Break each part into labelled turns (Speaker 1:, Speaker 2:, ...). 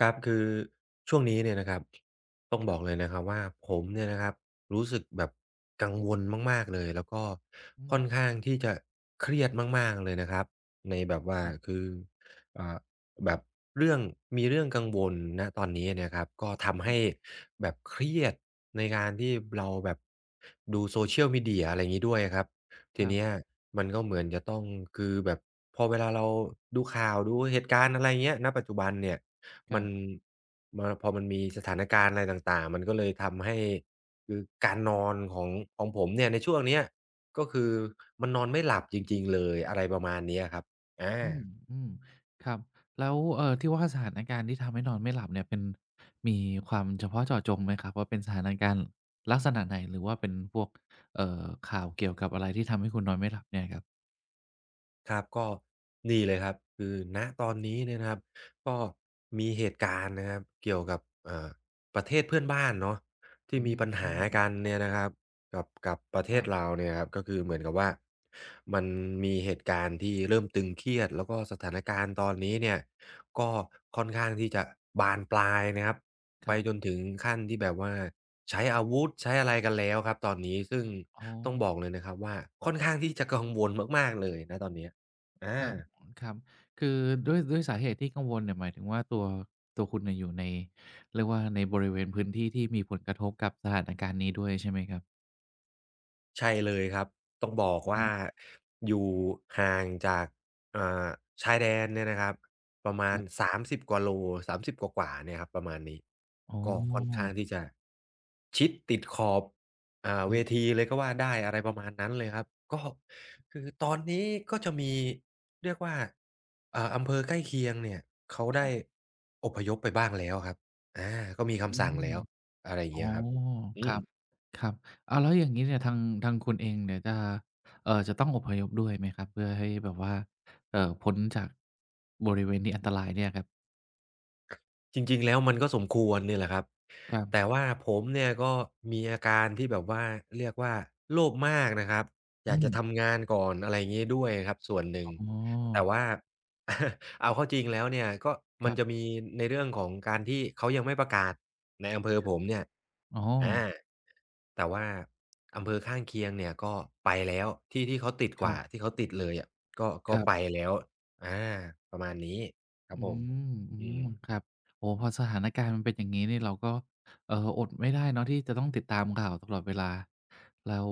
Speaker 1: ครับคือช่วงนี้เนี่ยนะครับต้องบอกเลยนะครับว่าผมเนี่ยนะครับรู้สึกแบบกังวลมากๆเลยแล้วก็
Speaker 2: อื
Speaker 1: ค่อน
Speaker 2: ม
Speaker 1: ข้างที่จะเครียดมากๆเลยนะครับในแบบว่า
Speaker 2: ครับ
Speaker 1: คืออ่าแบบเรื่องมีเรื่องกังวลณตอนนี้เนี่ยครับก็
Speaker 2: ค
Speaker 1: ทำ
Speaker 2: รั
Speaker 1: ให้
Speaker 2: บ
Speaker 1: แบบเครียดในการที่เราแบบดู Social Media อะไรงี้ด้วยอะครับ
Speaker 2: ค
Speaker 1: ที
Speaker 2: รั
Speaker 1: เนี้ย
Speaker 2: บ
Speaker 1: มันก็เหมือนจะต้องคือแบบพอเวลาเราดูข่าวดูเหตุการณ์อะไรเงี้ยณปัจจุบันเนี่ย
Speaker 2: ค
Speaker 1: มั
Speaker 2: รั
Speaker 1: น
Speaker 2: บ
Speaker 1: มาพอมันมีสถานการณ์อะไรต่างๆ มันก็เลยทำให้คือการนอนของของผมเนี่ยในช่วงเนี้ยก็คือมันนอนไม่หลับจริงๆเลยอะไรประมาณเนี้ยครับอา
Speaker 2: อืมอืมครับ แล้ว ที่ว่าสถานการณ์ที่ทำให้นอนไม่หลับเนี่ยเป็นมีความเฉพาะเจาะจงไหมครับ ว่าเป็นสถานการณ์ลักษณะไหนหรือว่าเป็นพวกเอ่อข่าวเกี่ยวกับอะไรที่ทำให้คุณนอนไม่หลับเนี่ยครับ
Speaker 1: ครับก็นี่เลยครับคือณตอนนี้เนี่ยนะครับก็มีเหตุการณ์นะครับเกี่ยวกับประเทศเพื่อนบ้านเนาะที่
Speaker 2: อื
Speaker 1: มีปัญหากัน
Speaker 2: ม
Speaker 1: เนี่ยนะครับกับประเท
Speaker 2: ครั
Speaker 1: ศ
Speaker 2: บ
Speaker 1: เราเนี่ยครับก็คือเหมือนกับว่ามันมีเหตุการณ์ที่เริ่มตึงเครียดแล้วก็สถาน
Speaker 2: อ๋
Speaker 1: การณ์
Speaker 2: อ
Speaker 1: ตอนนี้เนี่ยก็ค่อนข้างที่จะบานปลายนะครับ
Speaker 2: ค
Speaker 1: ไป
Speaker 2: รั
Speaker 1: จน
Speaker 2: บ
Speaker 1: ถึงขั้นที่แบบว่าใช้อาวุธใช้อะไรกันแล้วครับตอนนี้ซึ่ง
Speaker 2: อ๋
Speaker 1: ต้องบ
Speaker 2: อ
Speaker 1: อกเลยนะครับว่าค่อนข้างที่จะกังวลมากๆเลยณตอนเนี้ย อา
Speaker 2: ครับครับคือด้วยสาเหตุที่กังวลเนี่ยหมายถึงว่าตัว ตัวคุณเนี่ยอยู่ใน เรียกว่าในบริเวณพื้นที่ที่มีผลกระทบกับสถานการณ์นี้ด้วยใช่ไหมครับ
Speaker 1: ใช่เลยครับต้องบอก
Speaker 2: อื
Speaker 1: ว่า
Speaker 2: ม
Speaker 1: อยู่ห่างจากอ่าชายแดนเนี่ยนะครับประมา
Speaker 2: ค
Speaker 1: ณ
Speaker 2: รับ
Speaker 1: 30กว่าโลสามสิบกว่าๆเนี่ยครับประมาณนี้
Speaker 2: อ๋อ
Speaker 1: ก็ค่อนข้างที่จะชิดติดขอบ
Speaker 2: ค
Speaker 1: เว
Speaker 2: รับ
Speaker 1: ทีเลยก็ว่าได้อะไรประมาณนั้นเลยครับก็คือตอนนี้ก็จะมีเรียกว่าอำเภอใกล้เคียงเนี่ยเขา
Speaker 2: ค
Speaker 1: ได้
Speaker 2: รับ
Speaker 1: อพยพไปบ้างแล้วครับอาก็มี
Speaker 2: อื
Speaker 1: คำสั่ง
Speaker 2: ม
Speaker 1: แล้วอะไรอย่าง
Speaker 2: อ๋อ
Speaker 1: เงี้ยครับอื
Speaker 2: ค
Speaker 1: ม
Speaker 2: รับครับอ้าวแล้วอย่างงี้เนี่ยทางคุณเองเนี่ยจะจะต้องอพยพด้วยไหมครับเพื่อให้แบบว่าพ้นจากบริเวณที่อันตรายเนี่ยครับ
Speaker 1: จริงๆแล้วมันก็สมควรเนี่ยแหละครับ
Speaker 2: ครั
Speaker 1: แต่
Speaker 2: บ
Speaker 1: ว่าผมเนี่ยก็มีอาการที่แบบว่าเรียกว่าโลภมากนะครับอ
Speaker 2: อื
Speaker 1: ยากจะ
Speaker 2: ม
Speaker 1: ทำงานก่อนอะไรอย่างงี้ด้วยครับส่วนหนึ่ง
Speaker 2: อ๋อ
Speaker 1: แต่ว่า เอาเข้าจริงแล้วเนี่ยก็
Speaker 2: ค
Speaker 1: มัน
Speaker 2: รั
Speaker 1: จะ
Speaker 2: บ
Speaker 1: มีในเรื่องของการที่เขายังไม่ประกาศในอำเภอ
Speaker 2: ครั
Speaker 1: ผ
Speaker 2: บ
Speaker 1: มเนี่ย
Speaker 2: อ๋อ
Speaker 1: อาแต่ว่าอำเภอข้างเคียงเนี่ยก็ไปแล้วที่ที่เขาติด
Speaker 2: ค
Speaker 1: ก
Speaker 2: รั
Speaker 1: ว่า
Speaker 2: บ
Speaker 1: ที่เขาติดเลยอะก็
Speaker 2: ค
Speaker 1: ก็
Speaker 2: รั
Speaker 1: ไป
Speaker 2: บ
Speaker 1: แล้วอาประมาณนี้ครั
Speaker 2: อื
Speaker 1: บผม
Speaker 2: มอื
Speaker 1: อื
Speaker 2: ม
Speaker 1: ม
Speaker 2: ครับโอ้โฮพอสถานการณ์มันเป็นอย่างงี้นี่เราก็อดไม่ได้เนาะที่จะต้องติดตามข่าวตลอดเวลาแล้ว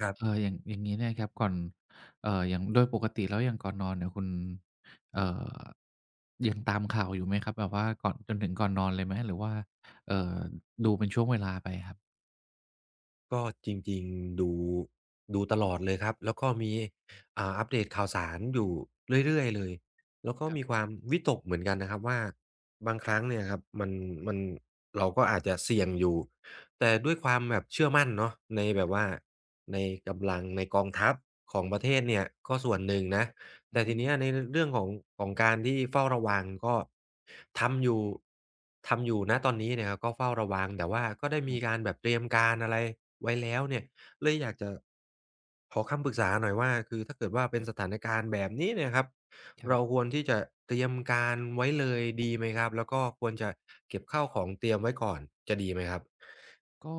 Speaker 1: ครับ
Speaker 2: อย่างอย่างงี้เนี่ยครับก่อนอย่างโดยปกติแล้วอย่างก่อนนอนเนี่ยคุณเอ่อยังตามข่าวอยู่ไหมครับแบบว่าก่อนจนถึงก่อนนอนเลยไหมหรือว่าเอ่อดูเป็นช่วงเวลาไปครับ
Speaker 1: ก็จริงๆดูดูตลอดเลยครับแล้วก็มีอัปเดตข่าวสารอยู่เรื่อยๆเลยแล้วก็
Speaker 2: ครั
Speaker 1: มีค
Speaker 2: บ
Speaker 1: วามวิตกเหมือนกันนะครับว่าบางครั้งเนี่ยครับมันเราก็อาจจะเสี่ยงอยู่แต่ด้วยความแบบเชื่อมั่นเนาะในแบบว่าในกำลังในกองทัพของประเทศเนี่ยก็ส่วนหนึ่งนะ
Speaker 2: อื
Speaker 1: แต่
Speaker 2: ม
Speaker 1: ทีเนี้ย
Speaker 2: ม
Speaker 1: ในเรื่องของการที่เฝ้าระวังก็ทำอยู่ทำอยู่ณตอนนี้เนี่ยครับก็เฝ้าระวังแต่ว่าก็ได้
Speaker 2: ครั
Speaker 1: มี
Speaker 2: บ
Speaker 1: การแบบเตรียมการอะไรไว้แล้วเนี่ยเลยอยากจะขอคำปรึกษาหน่อยว่าคือถ้าเกิดว่าเป็นสถานการณ์แบบนี้เนี่ยครับ
Speaker 2: ครั
Speaker 1: เรา
Speaker 2: บ
Speaker 1: ควรที่จะเตรียมการไว้เลยดีไหมครับแล้วก็ควรจะเก็บข้าวของเตรียมไว้ก่อนจะดีไหมครับ
Speaker 2: ก็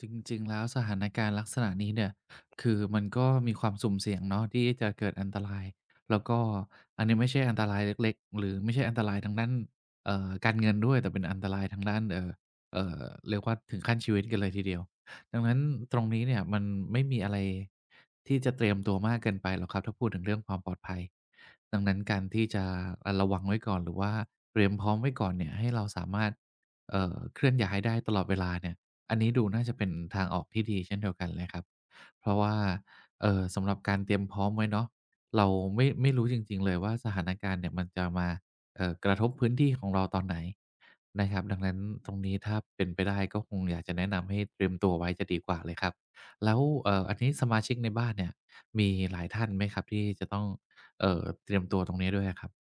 Speaker 2: จริงๆแล้วสถานการณ์ลักษณะนี้เนี่ยคือมันก็มีความสุ่มเสี่ยงเนาะที่จะเกิดอันตราย แล้วก็อันนี้ไม่ใช่อันตรายเล็กๆหรือไม่ใช่อันตรายทางด้านการเงินด้วย แต่เป็นอันตรายทางด้านเอ่อเรียกว่าถึงขั้นชีวิตกันเลยทีเดียวดังนั้นตรงนี้เนี่ยมันไม่มีอะไรที่จะเตรียมตัวมากเกินไปหรอกครับถ้าพูดถึงเรื่องความปลอดภัยดังนั้นการที่จะระวังไว้ก่อนหรือว่าเตรียมพร้อมไว้ก่อนเนี่ยให้เราสามารถเคลื่อนย้ายได้ตลอดเวลาเนี่ย อันนี้ดูน่าจะเป็นทางออกที่ดีเช่นเดียวกันเลยครับเพราะว่าสำหรับการเตรียมพร้อมไว้เนาะเราไม่รู้จริงๆเลยว่าสถานการณ์เนี่ยมันจะมากระทบพื้นที่ของเราตอนไหนนะครับดังนั้นตรงนี้ถ้าเป็นไปได้ก็คงอยากจะแนะนำให้เตรียมตัวไว้จะดีกว่าเลยครับแล้วอันนี้สมาชิกในบ้านเนี่ยมีหลายท่านไหมครับที่จะต้องเตรียมตัวตรงนี้ด้วยอะครับ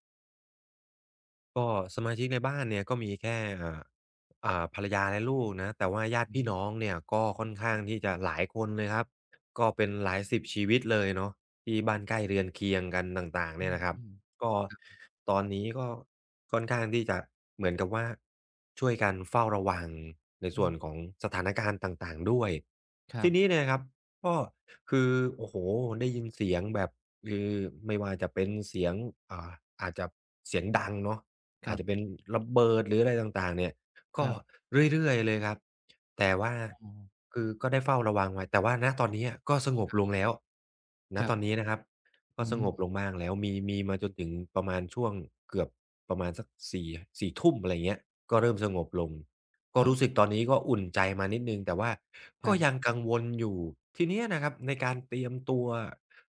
Speaker 1: ก็สมาชิกในบ้านเนี่ยก็มีแค่ภรรยาและลูกนะแต่ว่าญาติ
Speaker 2: อื
Speaker 1: พี่น้อ
Speaker 2: ม
Speaker 1: งเนี่ยก็ค่อนข้างที่จะหลายคนเลยครับก็เป็นหลายสิบชีวิตเลยเนาะที่บ้านใกล้เรือนเคียงกันต่างๆ
Speaker 2: อื
Speaker 1: เนี่ย
Speaker 2: ม
Speaker 1: นะครับ
Speaker 2: อืม
Speaker 1: ก็ตอนนี้ก็ค่อนข้างที่จะเหมือนกับว่าช่วยกันเฝ้าระวังใน
Speaker 2: อื
Speaker 1: ส่วน
Speaker 2: ม
Speaker 1: ของสถานการณ์ต่างๆด้วย
Speaker 2: ครั
Speaker 1: ที
Speaker 2: บ
Speaker 1: นี้เนี่ยครับก็คือโอ้โฮได้ยินเสียงแบบคือไม่ว่าจะเป็นเสียงอ่าอาจจะเสียงดังเนาะ
Speaker 2: ค
Speaker 1: อา
Speaker 2: รั
Speaker 1: จ
Speaker 2: บ
Speaker 1: จะเป็นระเบิดหรืออะไรต่างๆเนี่ย
Speaker 2: ค
Speaker 1: ก็
Speaker 2: รับ
Speaker 1: เรื่อยๆเลยครับแต่ว่า
Speaker 2: อ๋อ
Speaker 1: คือก็ได้เฝ้าระวังไว้แต่ว่าณตอนนี้อะก็สงบลงแล้วณ
Speaker 2: ครั
Speaker 1: ตอน
Speaker 2: บ
Speaker 1: นี้นะครับก็
Speaker 2: อื
Speaker 1: สงบ
Speaker 2: ม
Speaker 1: ลงบ้างแล้วมีมาจนถึงประมาณช่วงเกือบประมาณสักสี่ทุ่มอะไรเงี้ยก็เริ่มสงบลงก็
Speaker 2: อา
Speaker 1: รู้สึกตอนนี้ก็อุ่นใจมานิดหนึ่งแต่ว่า
Speaker 2: ค
Speaker 1: ก็
Speaker 2: รั
Speaker 1: ยั
Speaker 2: บ
Speaker 1: งกังวลอยู่ทีเนี้ยนะครับในการเตรียมตัว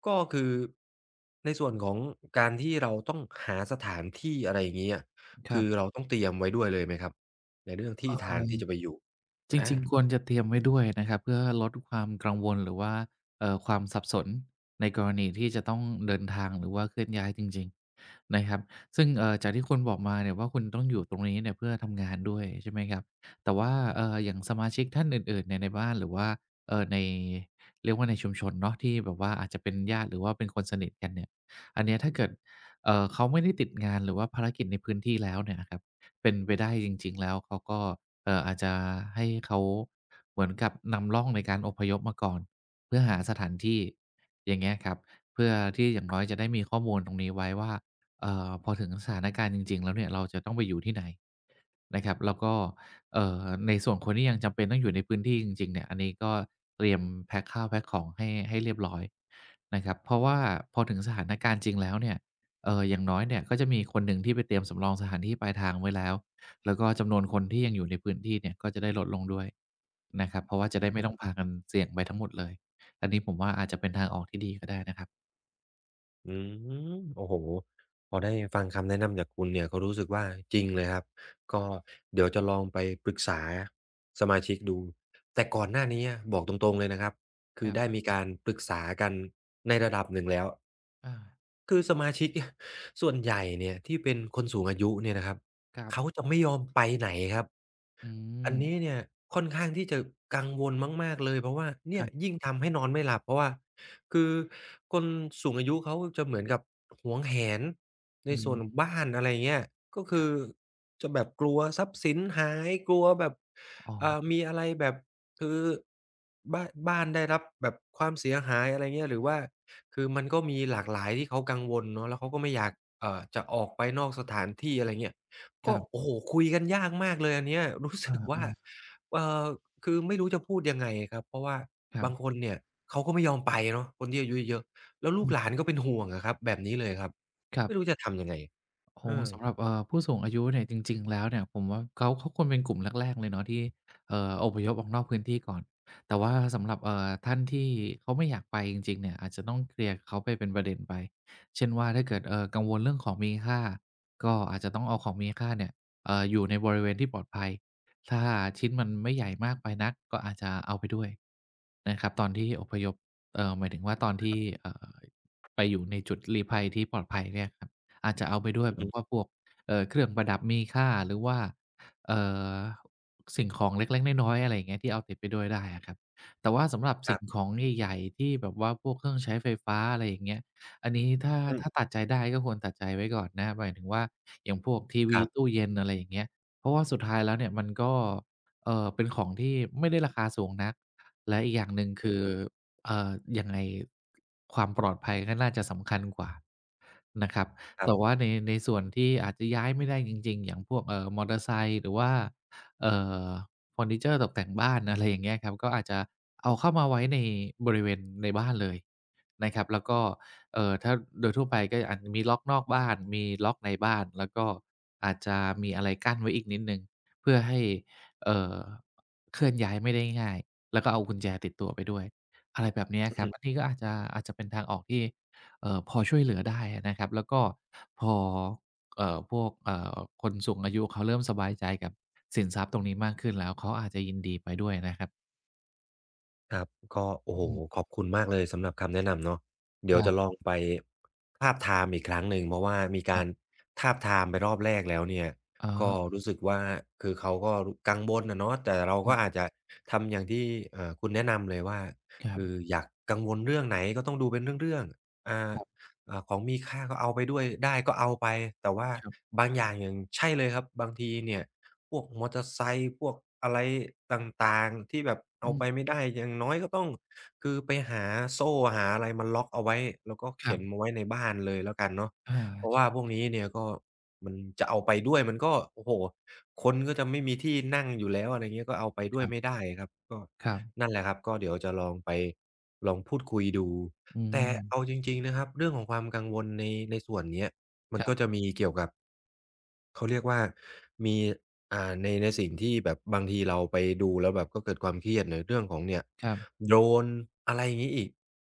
Speaker 1: ก็คือในส่วนของการที่เราต้องหาสถานที่อะไรอย่างงี้อะ
Speaker 2: ครั
Speaker 1: คือเรา
Speaker 2: บ
Speaker 1: ต้องเตรียมไว้ด้วยเลยไหมครับในเรื่องที่
Speaker 2: เอ่
Speaker 1: ทางที่
Speaker 2: อ
Speaker 1: จะไปอยู่
Speaker 2: จ
Speaker 1: อา
Speaker 2: ริงๆควรจะเตรียมไว้ด้วยนะครับเพื่อลดความกังวลหรือว่าความสับสนในกรณีที่จะต้องเดินทางหรือว่าเคลื่อนย้ายจริงๆนะครับซึ่งจากที่คุณบอกมาเนี่ยว่าคุณต้องอยู่ตรงนี้เนี่ยเพื่อทำงานด้วยใช่ไหมครับแต่ว่าอย่างสมาชิกท่านอื่นๆเนี่ยในบ้านหรือว่าในเรียกว่าในชุมชนเนาะที่แบบว่าอาจจะเป็นญาติหรือว่าเป็นคนสนิทกันเนี่ยอันเนี้ยถ้าเกิดเขาไม่ได้ติดงานหรือว่าภารกิจในพื้นที่แล้วเนี่ยนะครับเป็นไปได้จริงๆแล้วเขาก็ อาจจะให้เขาเหมือนกับนำร่องในการอพยพมาก่อนเพื่อหาสถานที่อย่างเงี้ยครับเพื่อที่อย่างน้อยจะได้มีข้อมูลตรงนี้ไว้ว่าพอถึงสถานการณ์จริงๆแล้วเนี่ยเราจะต้องไปอยู่ที่ไหนนะครับแล้วก็ในส่วนคนที่ยังจำเป็นต้องอยู่ในพื้นที่จริงๆเนี่ยอันนี้ก็เตรียมแพ็กข้าวแพ็กของให้เรียบร้อยนะครับเพราะว่าพอถึงสถานการณ์จริงแล้วเนี่ยอย่างน้อยเนี่ยก็จะมีคนหนึ่งที่ไปเตรียมสำรองสถานที่ปลายทางไว้แล้ว แล้วก็จำนวนคนที่ยังอยู่ในพื้นที่เนี่ยก็จะได้ลดลงด้วยนะครับเพราะว่าจะได้ไม่ต้องพากันเสี่ยงไปทั้งหมดเลยอันนี้ผมว่าอาจจะเป็นทางออกที่ดีก็ได้นะครับ
Speaker 1: อืมโอ้โฮพอได้ฟังคำแนะนำจากคุณเนี่ยก็รู้สึกว่าจริงเลยครับก็เดี๋ยวจะลองไปปรึกษาสมาชิกดูแต่ก่อนหน้านี้อะบอกตรงๆเลยนะครับคื
Speaker 2: ค
Speaker 1: อ
Speaker 2: รับ
Speaker 1: ได้มีการปรึกษากันในระดับหนึ่งแล้ว
Speaker 2: อา
Speaker 1: คือสมาชิก ส่วนใหญ่เนี่ยที่เป็นคนสูงอายุเนี่ยนะครับ
Speaker 2: ครับ
Speaker 1: เขาจะไม่ยอมไปไหนครับ
Speaker 2: อื
Speaker 1: อันนี้
Speaker 2: ม
Speaker 1: เนี่ยค่อนข้างที่จะกังวลมากๆเลยเพราะว่า
Speaker 2: ค
Speaker 1: เนี่ย
Speaker 2: รับ
Speaker 1: ยิ่งทำให้นอนไม่หลับเพราะว่าคือคนสูงอายุเขาจะเหมือนกับหวงแหนใน
Speaker 2: อื
Speaker 1: ส่ว
Speaker 2: ม
Speaker 1: นบ้านอะไรเงี้ยก็
Speaker 2: ค
Speaker 1: คื
Speaker 2: รั
Speaker 1: อ
Speaker 2: บ
Speaker 1: จะแบบกลัวทรัพย์สินหายกลัวแบบ
Speaker 2: อ๋อ
Speaker 1: มีอะไรแบบคือบ้านได้รับแบบความเสียหายอะไรเงี้ยหรือว่า คือมันก็มีหลากหลายที่เขากังวลเนาะแล้วเขาก็ไม่อยากจะออกไปนอกสถานที่อะไรเงี้ย
Speaker 2: ค
Speaker 1: ก็
Speaker 2: รับ
Speaker 1: โอ้โฮคุยกันยากมากเลยอันเนี้ย รู้
Speaker 2: เ
Speaker 1: สึก
Speaker 2: อ
Speaker 1: ว่า
Speaker 2: อ
Speaker 1: เอ่อคือไม่รู้จะพูดยังไงครับเพราะว่า
Speaker 2: ๆครั
Speaker 1: บางค
Speaker 2: บ
Speaker 1: นเนี่ยเขาก็ไม่ยอมไปเนาะคนที่อายุเยอะๆแล้วลู
Speaker 2: อื
Speaker 1: กหลา
Speaker 2: ม
Speaker 1: นก็เป็นห่วงอะครับแบบนี้เลยครับ
Speaker 2: ครับ
Speaker 1: ไม่รู้จะทำยังไงเอ
Speaker 2: โอ้
Speaker 1: อ
Speaker 2: สำหรับผู้สูงอายุเนี่ยจริงๆแล้วเนี่ยผมว่าเขาควรเป็นกลุ่มแรกๆเลยเนาะที่อพยพออกนอกพื้นที่ก่อนแต่ว่าสำหรับท่านที่เขาไม่อยากไปจริงๆเนี่ยอาจจะต้องเคลียร์เขาไปเป็นประเด็นไปเช่นว่าถ้าเกิดกังวลเรื่องของมีค่าก็อาจจะต้องเอาของมีค่าเนี่ยอยู่ในบริเวณที่ปลอดภัยถ้าชิ้นมันไม่ใหญ่มากไปนักก็อาจจะเอาไปด้วยนะครับตอนที่อพยพหมายถึงว่าตอนที่ไปอยู่ในจุดลี้ภัยที่ปลอดภัยเนี่ยครับ อาจจะเอาไปด้วย
Speaker 1: อือ
Speaker 2: แบบว่า
Speaker 1: ฮึ
Speaker 2: พวกเครื่องประดับมีค่าหรือว่าเอ่อสิ่งของเล็กๆน้อยๆอะไรอย่างเงี้ยที่เอาติดไปด้วยได้อะครับแต่ว่าสำหรับ
Speaker 1: ค
Speaker 2: สิ่
Speaker 1: รั
Speaker 2: งข
Speaker 1: บ
Speaker 2: องใหญ่ๆที่แบบว่าพวกเครื่องใช้ไฟฟ้าอะไรอย่างเงี้ยอันนี้ถ้า
Speaker 1: อื
Speaker 2: ถ้าตั
Speaker 1: ม
Speaker 2: ดใจได้ก็ควรตัดใจไว้ก่อนนะครับหมายถึงว่าอย่างพวกที
Speaker 1: ค
Speaker 2: วี
Speaker 1: รั
Speaker 2: ตู้
Speaker 1: บ
Speaker 2: เย็นอะไรอย่างเงี้ยเพราะว่าสุดท้ายแล้วเนี่ยมันก็เป็นของที่ไม่ได้ราคาสูงนักและอีกอย่างหนึ่ง
Speaker 1: อือ
Speaker 2: คือ
Speaker 1: ฮึ
Speaker 2: เอ่อยังไงความปลอดภัยก็น่าจะสำคัญกว่านะครับ
Speaker 1: ครั
Speaker 2: แต่
Speaker 1: บ
Speaker 2: ว่าในส่วนที่อาจจะย้ายไม่ได้จริงๆอย่างพวกมอเตอร์ไซค์หรือว่าเอ่อเฟอร์นิเชอร์ตกแต่งบ้าน อะไรอย่างเงี้ยครับก็อาจจะเอาเข้ามาไว้ในบริเวณในบ้านเลยนะครับแล้วก็ถ้าโดยทั่วไปก็อาจมีล็อกนอกบ้านมีล็อกในบ้านแล้วก็อาจจะมีอะไรกั้นไว้อีกนิดหนึ่งเพื่อให้เอ่อเคลื่อนย้ายไม่ได้ง่ายแล้วก็เอากุญแจติดตัวไปด้วยอะไรแบบเนี้ย
Speaker 1: อือ
Speaker 2: ครับ
Speaker 1: ฮึ
Speaker 2: อันนี้ก็อาจจะเป็นทางออกที่พอช่วยเหลือได้อะนะครับแล้วก็ พอเอ่อพวกคนสูงอายุเขาเริ่มสบายใจกับสินทรัพย์ตรงนี้มากขึ้นแล้วเขาอาจจะยินดีไปด้วยนะครับ
Speaker 1: ครับก็โอ้โฮ
Speaker 2: อืม
Speaker 1: ขอบคุณมากเลยสำหรับคำแนะนำเนาะ
Speaker 2: ค
Speaker 1: เดี๋ยว
Speaker 2: รั
Speaker 1: จะล
Speaker 2: บ
Speaker 1: องไปทาบทามอีกครั้งหนึ่งเพราะว่ามี
Speaker 2: ค
Speaker 1: กา
Speaker 2: รั
Speaker 1: ร
Speaker 2: บ
Speaker 1: ทาบทามไปรอบแรกแล้วเนี่ย
Speaker 2: อ๋อ
Speaker 1: ก็รู้สึกว่าคือเขาก็รกังวลอะเนาะแต่เรา
Speaker 2: ค
Speaker 1: ก็
Speaker 2: รั
Speaker 1: อาจ
Speaker 2: บ
Speaker 1: จะทำอย่างที่คุณแนะนำเลยว่า
Speaker 2: ครั
Speaker 1: คือ
Speaker 2: บ
Speaker 1: อยากกังวลเรื่องไหนก็ต้องดูเป็นเรื่องๆอ่า
Speaker 2: ครับ
Speaker 1: อ่าของมีค่าก็เอาไปด้วยได้ก็เอาไปแต่ว่า
Speaker 2: ครับ
Speaker 1: บางอย่างอย่างใช่เลยครับบางทีเนี่ย พวกมอเตอร์ไซค์พวกอะไรต่างๆที่แบบ
Speaker 2: อื
Speaker 1: เอา
Speaker 2: ม
Speaker 1: ไปไม่ได้อย่างน้อยก็ต้องคือไปหาโซ่หาอะไรมาล็อกเอาไว้แล้วก็
Speaker 2: ครั
Speaker 1: เข็น
Speaker 2: บ
Speaker 1: มาไว้ในบ้านเลยแล้วกันเนาะ
Speaker 2: อา
Speaker 1: เพราะ
Speaker 2: ช
Speaker 1: ว่าพวกนี้เนี่ยก็มันจะเอาไปด้วยมันก็โอ้โฮคนก็จะไม่มีที่นั่งอยู่แล้วอะไรเงี้ยก็เอาไป
Speaker 2: ค
Speaker 1: ด้วย
Speaker 2: รั
Speaker 1: ไม่
Speaker 2: บ
Speaker 1: ได้ครับก็
Speaker 2: ครับ
Speaker 1: นั่นแหละครับก็เดี๋ยวจะลองไปลองพูดคุยดู
Speaker 2: อื
Speaker 1: แต่เอา
Speaker 2: ม
Speaker 1: จริงๆนะครับเรื่องของความกังวลในส่วนเนี้ย มั
Speaker 2: ค
Speaker 1: น
Speaker 2: รั
Speaker 1: ก็จะ
Speaker 2: บ
Speaker 1: มีเกี่ยวกับเขาเรียกว่ามีในสิ่งที่แบบบางทีเราไปดูแล้วแบบก็เกิดความเครียดในเรื่องของเนี่ย
Speaker 2: ครับ
Speaker 1: โดรนอะไรอย่างงี้อีก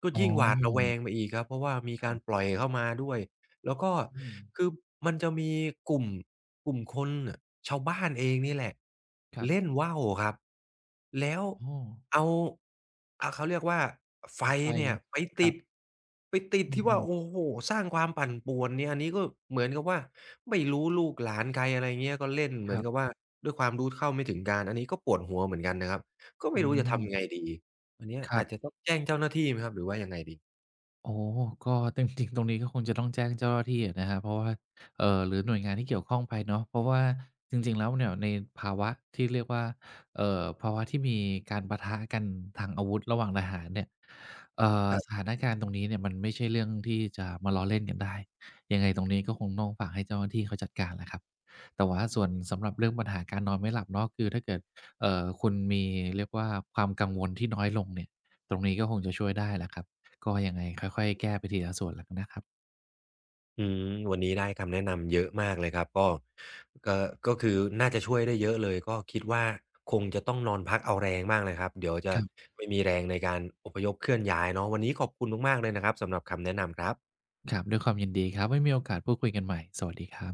Speaker 1: ก็
Speaker 2: อ๋
Speaker 1: ยิ่งหวาดระแว
Speaker 2: อ
Speaker 1: งไปอีกครับเพราะว่ามี
Speaker 2: ครั
Speaker 1: การป
Speaker 2: บ
Speaker 1: ล่อยเข้ามาด้วย แล้วก็
Speaker 2: อืม
Speaker 1: คือมันจะมีกลุ่มกลุ่มคนน่ะชาวบ้านเองนี่แหละ
Speaker 2: ครั
Speaker 1: เล่น
Speaker 2: บ
Speaker 1: ว่าวครับแล้ว
Speaker 2: อ้อ
Speaker 1: เอาเขาเรียกว่า
Speaker 2: พ
Speaker 1: ไฟ
Speaker 2: อไฟ
Speaker 1: เนี่ยไป
Speaker 2: ครั
Speaker 1: ติ
Speaker 2: บ
Speaker 1: ดไปติด
Speaker 2: อื
Speaker 1: ที่ว่า
Speaker 2: ม
Speaker 1: โอ้โฮสร้างความปั่นป่วนเนี่ยอันนี้ก็เหมือนกับว่าไม่รู้ลูกหลานใครอะไรเงี้ยก็เล่น
Speaker 2: ๆ
Speaker 1: เห
Speaker 2: ค
Speaker 1: มือน
Speaker 2: รับ
Speaker 1: กับว่าด้วยความรู้เท่าไม่ถึงการอันนี้ก็ปวดหัวเหมือนกันนะครับก็ไม่
Speaker 2: อื
Speaker 1: รู้จะ
Speaker 2: ม
Speaker 1: ทำยังไงดีอันเนี้ย
Speaker 2: ครั
Speaker 1: อาจจะต้
Speaker 2: บ
Speaker 1: องแจ้งเจ้าหน้าที่ไหมครับหรือว่ายังไงดี
Speaker 2: โอ้ก็จริงๆตรงนี้ก็คงจะต้องแจ้งเจ้าหน้าที่อะนะครับเพราะว่าหรือหน่วยงานที่เกี่ยวข้องไปเนาะเพราะว่าจริงๆ แล้วเนี่ยในภาวะที่เรียกว่าภาวะที่มีการปะทะกันทางอาวุธระหว่างทหารเนี่ยเอ่สถานการณ์ตรงนี้เนี่ยมันไม่ใช่เรื่องที่จะมาล้อเล่นกันได้ยังไงตรงนี้ก็คงต้องฝากให้เจ้าหน้าที่เขาจัดการแหละครับแต่ว่าส่วนสำหรับเรื่องปัญหาการนอนไม่หลับเนาะคือถ้าเกิดคุณมีเรียกว่าความกังวลที่น้อยลงเนี่ยตรงนี้ก็คงจะช่วยได้แหละครับ ก็ยังไงค่อยๆแก้ไปทีละส่วนแล้วกันนะครับ
Speaker 1: อืมวันนี้ได้คำแนะนำเยอะมากเลยครับก็ก็คือน่าจะช่วยได้เยอะเลยก็คิดว่าคงจะต้องนอนพักเอาแรงบ้างเลยครับเดี๋ยวจะ
Speaker 2: ครับ
Speaker 1: ไม่มีแรงในการอพยพเคลื่อนย้ายเนาะวันนี้ขอบคุณมากๆเลยนะครับสำหรับคำแนะนำครับ
Speaker 2: ครับด้วยความยินดีครับไว้มีโอกาสพูดคุยกันใหม่สวัสดีครับ